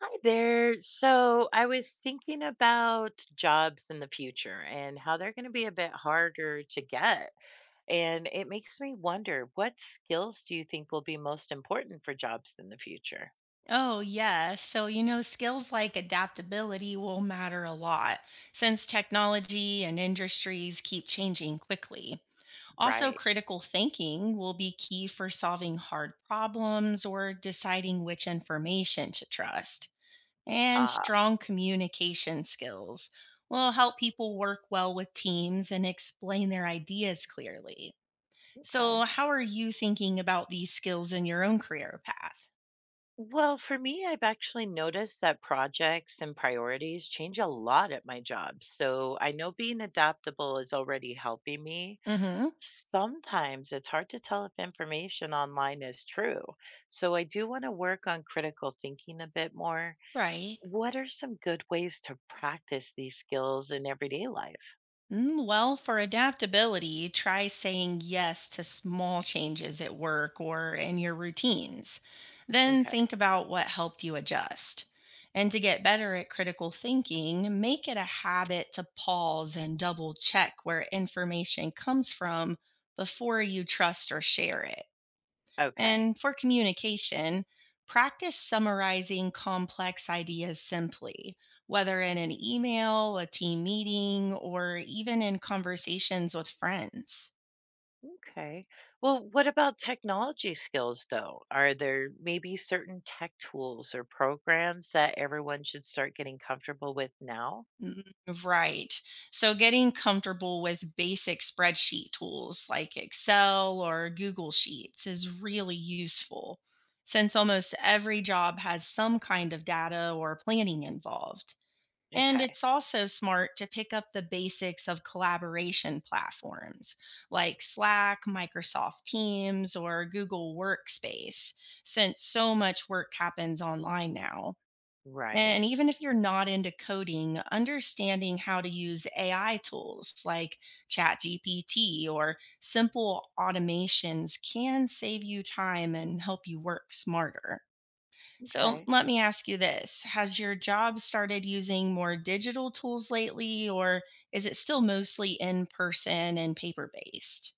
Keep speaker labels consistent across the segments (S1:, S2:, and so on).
S1: Hi there. So I was thinking about jobs in the future and how they're going to be a bit harder to get. And it makes me wonder, what skills do you think will be most important for jobs in the future?
S2: Oh, yeah. Skills like adaptability will matter a lot since technology and industries keep changing quickly. Also,
S1: Right.
S2: critical thinking will be key for solving hard problems or deciding which information to trust. And
S1: Uh,
S2: strong communication skills will help people work well with teams and explain their ideas clearly.
S1: Okay.
S2: So, how are you thinking about these skills in your own career path?
S1: Well, for me, I've actually noticed that projects and priorities change a lot at my job, so I know being adaptable is already helping me.
S2: Mm hmm.
S1: Sometimes it's hard to tell if information online is true, so I do want to work on critical thinking a bit more.
S2: Right.
S1: What are some good ways to practice these skills in everyday life?
S2: Well, for adaptability, try saying yes to small changes at work or in your routines. Then
S1: Okay,
S2: think about what helped you adjust. And to get better at critical thinking, make it a habit to pause and double check where information comes from before you trust or share it.
S1: okay,
S2: And for communication, practice summarizing complex ideas simply, whether in an email, a team meeting, or even in conversations with friends.
S1: okay. Well, what about technology skills though? Are there maybe certain tech tools or programs that everyone should start getting comfortable with now?
S2: Mm, Right. So, getting comfortable with basic spreadsheet tools like Excel or Google Sheets is really useful since almost every job has some kind of data or planning involved. And
S1: Okay,
S2: it's also smart to pick up the basics of collaboration platforms like Slack, Microsoft Teams, or Google Workspace, since so much work happens online now.
S1: right,
S2: And even if you're not into coding, understanding how to use AI tools like ChatGPT or simple automations can save you time and help you work smarter. So
S1: okay.
S2: let me ask you this. Has your job started using more digital tools lately, or is it still mostly in person and paper based?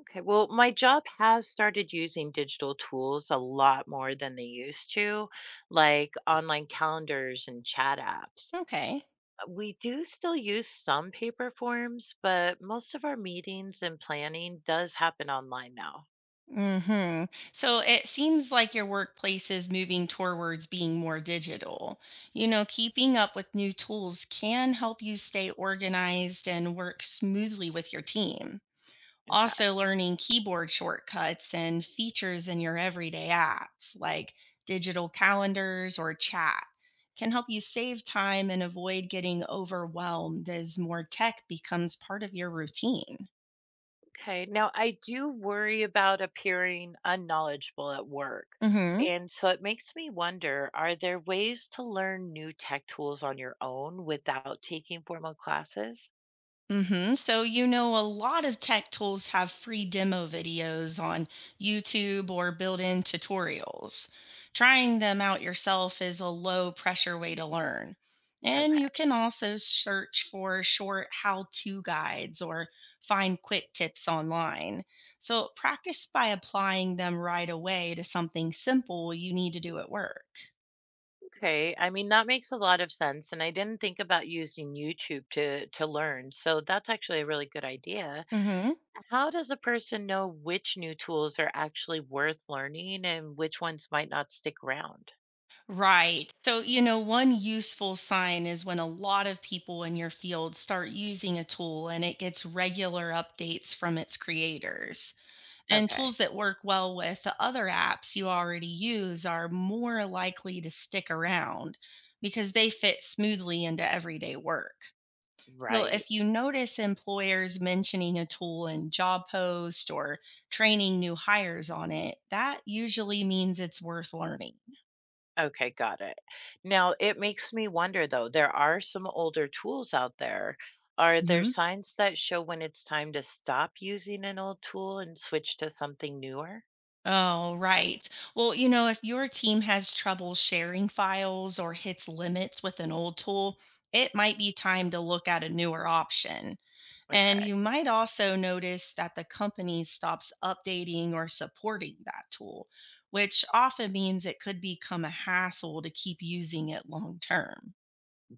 S1: Okay, well, my job has started using digital tools a lot more than they used to, like online calendars and chat apps.
S2: Okay.
S1: We do still use some paper forms, but most of our meetings and planning does happen online now.
S2: Hmm. So it seems like your workplace is moving towards being more digital. You know, keeping up with new tools can help you stay organized and work smoothly with your team.
S1: Okay.
S2: Also, learning keyboard shortcuts and features in your everyday apps like digital calendars or chat can help you save time and avoid getting overwhelmed as more tech becomes part of your routine.
S1: Okay. Now, I do worry about appearing unknowledgeable at work.
S2: Mhm.
S1: And so it makes me wonder, are there ways to learn new tech tools on your own without taking formal classes?
S2: So, a lot of tech tools have free demo videos on YouTube or built in tutorials. Trying them out yourself is a low pressure way to learn. And
S1: Okay.
S2: you can also search for short how to guides or find quick tips online. So, practice by applying them right away to something simple you need to do at work.
S1: Okay, I mean, that makes a lot of sense, and I didn't think about using YouTube to learn, so that's actually a really good idea.
S2: Hmm.
S1: How does a person know which new tools are actually worth learning and which ones might not stick around?
S2: Right. One useful sign is when a lot of people in your field start using a tool and it gets regular updates from its creators. And
S1: Okay.
S2: tools that work well with the other apps you already use are more likely to stick around because they fit smoothly into everyday work. So,
S1: Right.
S2: if you notice employers mentioning a tool in job posts or training new hires on it, that usually means it's worth learning.
S1: Okay, got it. Now, it makes me wonder though, there are some older tools out there. Are there signs that show when it's time to stop using an old tool and switch to something newer?
S2: Oh, right. If your team has trouble sharing files or hits limits with an old tool, it might be time to look at a newer option. And
S1: Okay.
S2: you might also notice that the company stops updating or supporting that tool, which often means it could become a hassle to keep using it long term.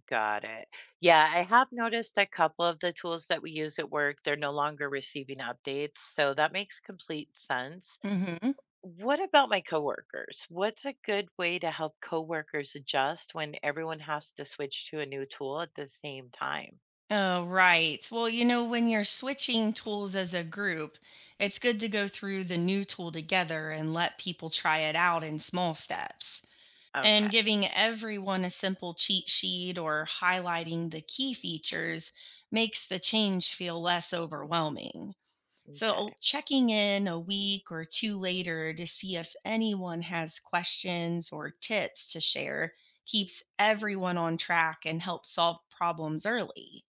S1: Got it. Yeah, I have noticed a couple of the tools that we use at work, they're no longer receiving updates. So that makes complete sense.
S2: Hmm.
S1: What about my coworkers? What's a good way to help coworkers adjust when everyone has to switch to a new tool at the same time?
S2: Oh, right. When you're switching tools as a group, it's good to go through the new tool together and let people try it out in small steps. And
S1: Okay.
S2: giving everyone a simple cheat sheet or highlighting the key features makes the change feel less overwhelming. So,
S1: Okay.
S2: checking in a week or two later to see if anyone has questions or tips to share keeps everyone on track and helps solve problems early.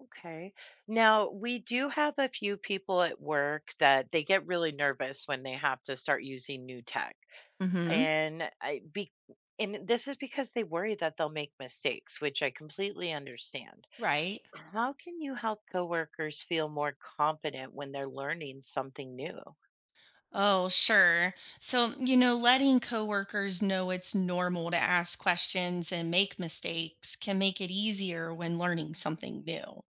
S1: Okay. Now, we do have a few people at work that they get really nervous when they have to start using new tech.
S2: Mhm.
S1: And I be And this is because they worry that they'll make mistakes, which I completely understand.
S2: Right.
S1: How can you help coworkers feel more confident when they're learning something new?
S2: Oh, sure. Letting coworkers know it's normal to ask questions and make mistakes can make it easier when learning something new.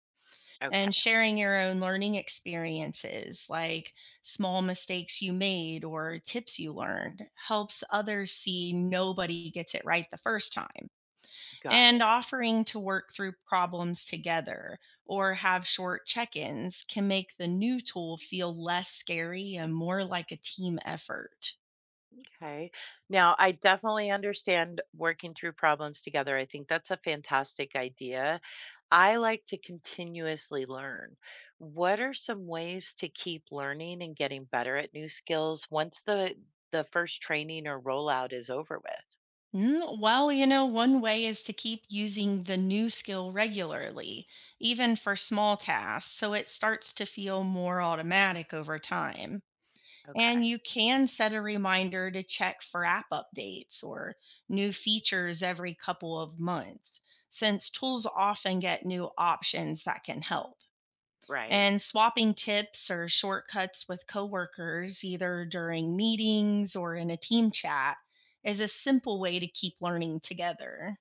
S1: Okay,
S2: And sharing your own learning experiences, like small mistakes you made or tips you learned, helps others see nobody gets it right the first time.
S1: got
S2: And
S1: it.
S2: offering to work through problems together or have short check ins can make the new tool feel less scary and more like a team effort.
S1: Okay. Now, I definitely understand working through problems together. I think that's a fantastic idea. I like to continuously learn. What are some ways to keep learning and getting better at new skills once the first training or rollout is over with?
S2: Well, one way is to keep using the new skill regularly, even for small tasks, so it starts to feel more automatic over time. And
S1: Okay.
S2: you can set a reminder to check for app updates or new features every couple of months, since tools often get new options that can help
S1: Right.
S2: and swapping tips or shortcuts with coworkers, either during meetings or in a team chat, is a simple way to keep learning together.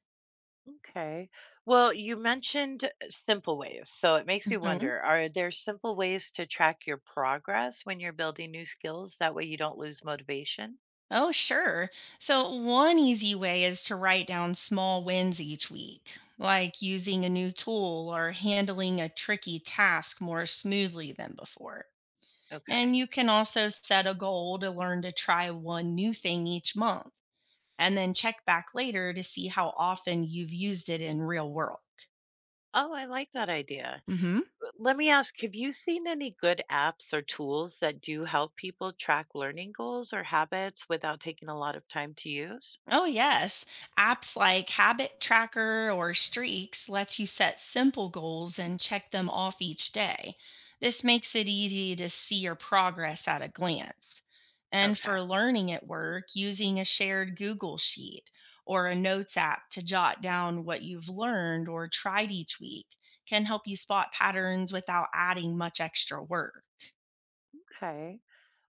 S1: Okay. Well, you mentioned simple ways. So it makes me
S2: Mhm.
S1: wonder, are there simple ways to track your progress when you're building new skills, that way you don't lose motivation?
S2: Oh, sure. So, one easy way is to write down small wins each week, like using a new tool or handling a tricky task more smoothly than before.
S1: Okay.
S2: And you can also set a goal to learn to try one new thing each month, and then check back later to see how often you've used it in real work.
S1: Oh, I like that idea.
S2: Mhm.
S1: Let me ask, have you seen any good apps or tools that do help people track learning goals or habits without taking a lot of time to use?
S2: Oh, yes. Apps like Habit Tracker or Streaks lets you set simple goals and check them off each day. This makes it easy to see your progress at a glance. And
S1: Okay.
S2: for learning at work, using a shared Google Sheet or a notes app to jot down what you've learned or tried each week can help you spot patterns without adding much extra work.
S1: Okay.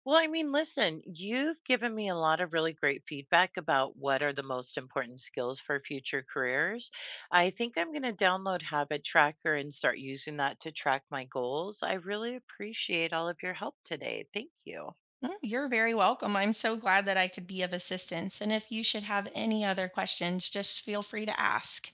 S1: Well, I mean, listen, you've given me a lot of really great feedback about what are the most important skills for future careers. I think I'm going to download Habit Tracker and start using that to track my goals. I really appreciate all of your help today. Thank you.
S2: No, you're very welcome. I'm so glad that I could be of assistance. And if you should have any other questions, just feel free to ask.